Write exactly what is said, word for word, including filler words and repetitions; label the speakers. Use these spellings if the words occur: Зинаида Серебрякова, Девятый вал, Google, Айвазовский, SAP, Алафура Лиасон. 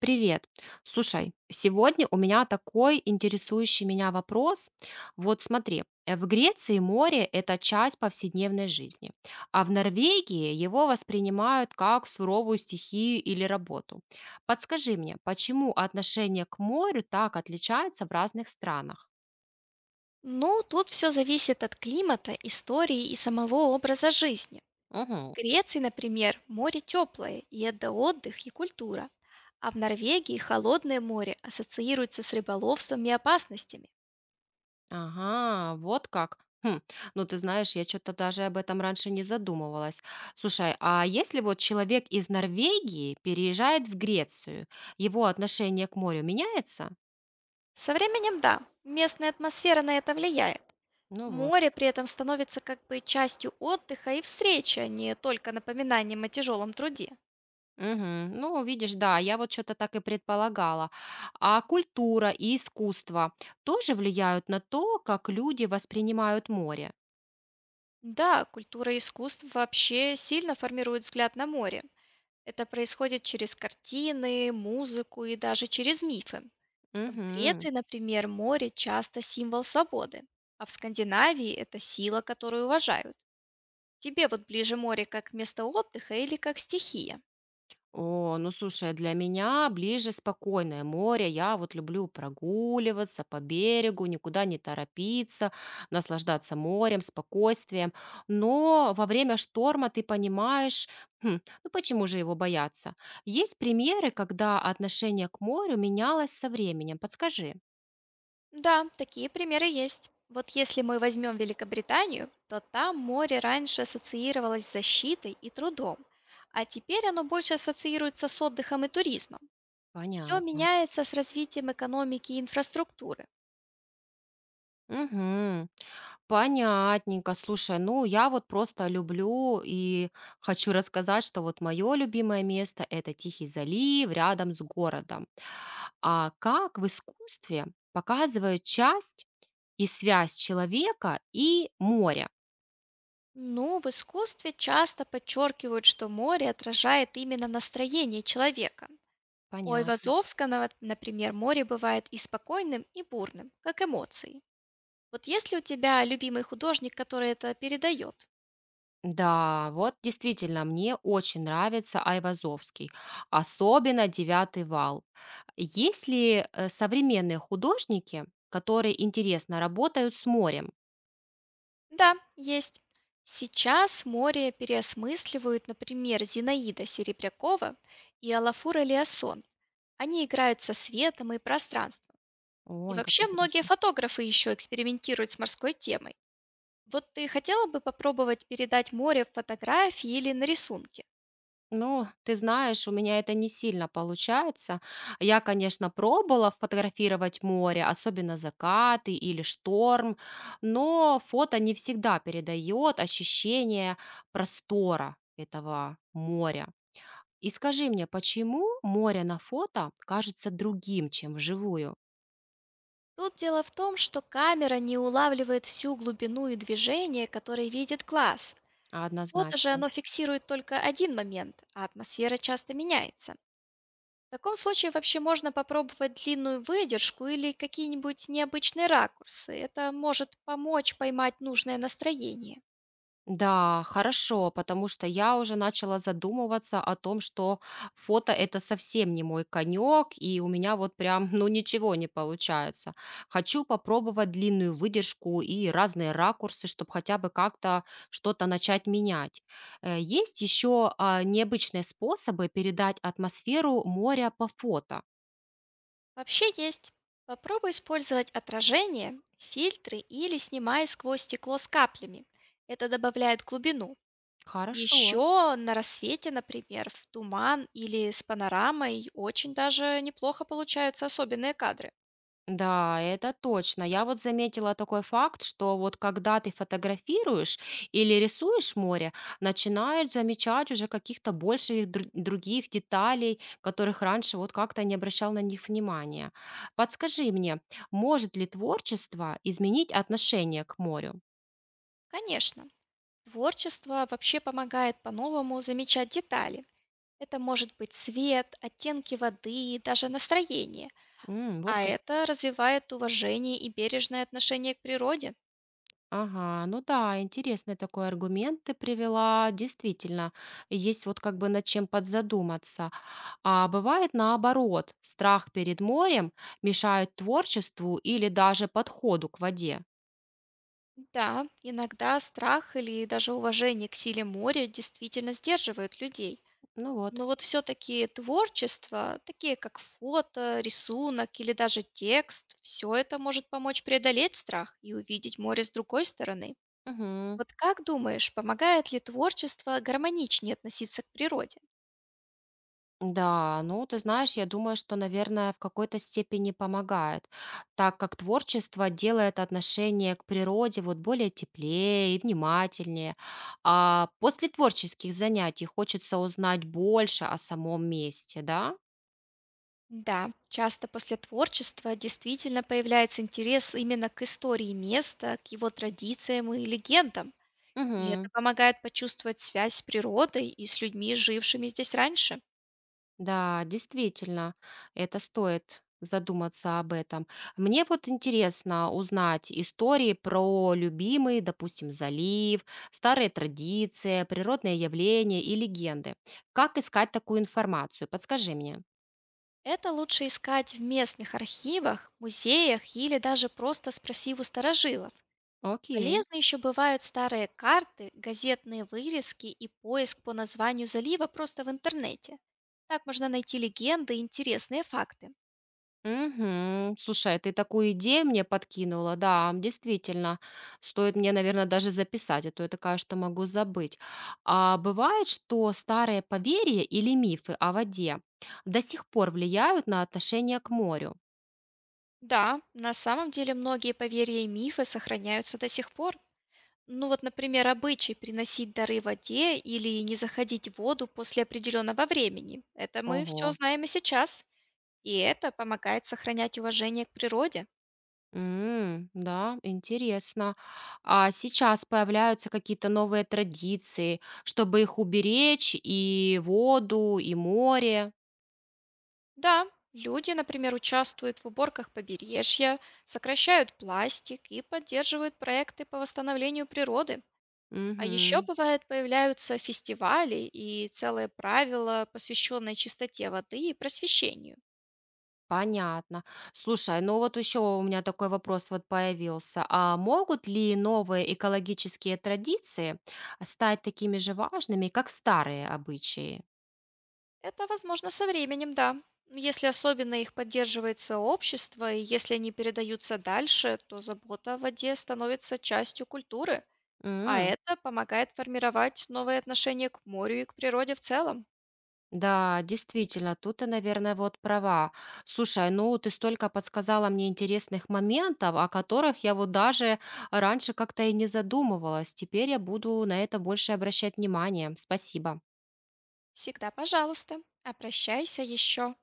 Speaker 1: Привет. Слушай, сегодня у меня такой интересующий меня вопрос. Вот смотри, э, в Греции море– это часть повседневной жизни, а в Норвегии его воспринимают как суровую стихию или работу. Подскажи мне, почему отношение к морю так отличается в разных странах?
Speaker 2: Ну, тут все зависит от климата, истории и самого образа жизни. В Греции, например, море теплое, и это отдых и культура. А в Норвегии холодное море ассоциируется с рыболовством и опасностями.
Speaker 1: Ага, вот как. Хм, ну ты знаешь, я что-то даже об этом раньше не задумывалась. Слушай, а если вот человек из Норвегии переезжает в Грецию, его отношение к морю меняется?
Speaker 2: Со временем, да, местная атмосфера на это влияет.
Speaker 1: Ну вот.
Speaker 2: Море при этом становится как бы частью отдыха и встречи, а не только напоминанием о тяжелом труде.
Speaker 1: Мгм. Ну, видишь, да, я вот что-то так и предполагала. А культура и искусство тоже влияют на то, как люди воспринимают море.
Speaker 2: Да, культура и искусство вообще сильно формирует взгляд на море. Это происходит через картины, музыку и даже через мифы. В
Speaker 1: Мгм.
Speaker 2: Греции, например, море часто символ свободы, а в Скандинавии это сила, которую уважают. Тебе вот ближе море как место отдыха или как стихия?
Speaker 1: О, ну слушай, для меня ближе спокойное море. Я вот люблю прогуливаться по берегу, никуда не торопиться, наслаждаться морем, спокойствием. Но во время шторма ты понимаешь, «Хм, ну почему же его бояться?» Есть примеры, когда отношение к морю менялось со временем. Подскажи.
Speaker 2: Да, такие примеры есть. Вот если мы возьмем Великобританию, то там море раньше ассоциировалось с защитой и трудом, а теперь оно больше ассоциируется с отдыхом и туризмом. Все
Speaker 1: Понятно.
Speaker 2: меняется с развитием экономики и инфраструктуры.
Speaker 1: Мгм. Понятненько. Слушай, ну я вот просто люблю и хочу рассказать, что вот мое любимое место– это Тихий залив рядом с городом. А как в искусстве показывают часть и связь человека и моря?
Speaker 2: Ну, в искусстве часто подчеркивают, что море отражает именно настроение человека. У
Speaker 1: Понятно.
Speaker 2: Айвазовского, например, море бывает и спокойным, и бурным, как эмоции. Вот есть ли у тебя любимый художник, который это передает?
Speaker 1: Да, вот действительно, мне очень нравится Айвазовский, особенно «Девятый вал». Есть ли э, современные художники, которые интересно работают с морем?
Speaker 2: Да, есть. Сейчас море переосмысливают, например, Зинаида Серебрякова и Алафура Лиасон. Они играют со светом и пространством. И
Speaker 1: Ой, как
Speaker 2: вообще многие
Speaker 1: интересно.
Speaker 2: фотографы еще экспериментируют с морской темой. Вот ты хотела бы попробовать передать море в фотографии или на рисунке?
Speaker 1: Ну, ты знаешь, у меня это не сильно получается. Я, конечно, пробовала фотографировать море, особенно закаты или шторм, но фото не всегда передает ощущение простора этого моря. И скажи мне, почему море на фото кажется другим, чем вживую?
Speaker 2: Тут дело в том, что камера не улавливает всю глубину и движение, которые видит глаз. Фото же
Speaker 1: Однозначно.
Speaker 2: оно фиксирует только один момент, а атмосфера часто меняется. В таком случае вообще можно попробовать длинную выдержку или какие-нибудь необычные ракурсы. Это может помочь поймать нужное настроение.
Speaker 1: Да, хорошо, потому что я уже начала задумываться о том, что фото это совсем не мой конек, и у меня вот прям, ну, ничего не получается. Хочу попробовать длинную выдержку и разные ракурсы, чтобы хотя бы как-то что-то начать менять. Э, Есть еще необычные способы передать атмосферу моря по фото.
Speaker 2: Вообще есть. Попробуй использовать отражение, фильтры или снимай сквозь стекло с каплями. Это добавляет глубину.
Speaker 1: Хорошо.
Speaker 2: Еще на рассвете, например, в туман или с панорамой очень даже неплохо получаются особенные кадры.
Speaker 1: Да, это точно. Я вот заметила такой факт, что вот когда ты фотографируешь или рисуешь море, начинают замечать уже каких-то больше их дру- других деталей, которых раньше вот как-то не обращал на них внимания. Подскажи мне, может ли творчество изменить отношение к морю?
Speaker 2: Конечно, творчество вообще помогает по-новому замечать детали. Это может быть цвет, оттенки воды, и даже настроение.
Speaker 1: М, вот
Speaker 2: А
Speaker 1: как.
Speaker 2: это развивает уважение и бережное отношение к природе.
Speaker 1: Ага, ну да, интересный такой аргумент ты привела. Действительно, есть вот как бы над чем подзадуматься. А бывает наоборот, страх перед морем мешает творчеству или даже подходу к воде.
Speaker 2: Да, иногда страх или даже уважение к силе моря действительно сдерживают людей.
Speaker 1: Ну вот.
Speaker 2: Но вот все-таки творчество, такие как фото, рисунок или даже текст, все это может помочь преодолеть страх и увидеть море с другой стороны.
Speaker 1: Мгм.
Speaker 2: Вот как думаешь, помогает ли творчество гармоничнее относиться к природе?
Speaker 1: Да, ну ты знаешь, я думаю, что, наверное, в какой-то степени помогает, так как творчество делает отношение к природе вот более теплее и внимательнее. А после творческих занятий хочется узнать больше о самом месте, да?
Speaker 2: Да, часто после творчества действительно появляется интерес именно к истории места, к его традициям и легендам. И это
Speaker 1: Мгм.
Speaker 2: помогает почувствовать связь с природой и с людьми, жившими здесь раньше.
Speaker 1: Да, действительно, это стоит задуматься об этом. Мне вот интересно узнать истории про любимый, допустим, залив, старые традиции, природные явления и легенды. Как искать такую информацию? Подскажи мне.
Speaker 2: Это лучше искать в местных архивах, музеях или даже просто спросив у старожилов.
Speaker 1: Окей.
Speaker 2: Полезны еще бывают старые карты, газетные вырезки и поиск по названию залива просто в интернете. Так можно найти легенды и интересные факты.
Speaker 1: Мгм. Слушай, а ты такую идею мне подкинула, да, действительно. Стоит мне, наверное, даже записать, а то я такая, что могу забыть. А бывает, что старые поверья или мифы о воде до сих пор влияют на отношение к морю.
Speaker 2: Да, на самом деле многие поверья и мифы сохраняются до сих пор. Ну вот, например, обычай приносить дары воде или не заходить в воду после определенного времени. Это мы все
Speaker 1: Ого.
Speaker 2: знаем и сейчас, и это помогает сохранять уважение к природе.
Speaker 1: М, да, интересно. А сейчас появляются какие-то новые традиции, чтобы их уберечь и воду, и море.
Speaker 2: Да, люди, например, участвуют в уборках побережья, сокращают пластик и поддерживают проекты по восстановлению природы. А еще бывает появляются фестивали и целые правила, посвященные чистоте воды и просвещению.
Speaker 1: Понятно. Слушай, ну вот еще у меня такой вопрос вот появился. А могут ли новые экологические традиции стать такими же важными, как старые обычаи?
Speaker 2: Это возможно со временем, да. Если особенно их поддерживает сообщество, и если они передаются дальше, то забота о воде становится частью культуры, а
Speaker 1: М,
Speaker 2: это помогает формировать новые отношения к морю и к природе в целом.
Speaker 1: да, действительно, тут ты, наверное, вот права. Слушай, ну ты столько подсказала мне интересных моментов, о которых я вот даже раньше как-то и не задумывалась. Теперь я буду на это больше обращать внимание. Спасибо.
Speaker 2: Всегда, пожалуйста, обращайся еще.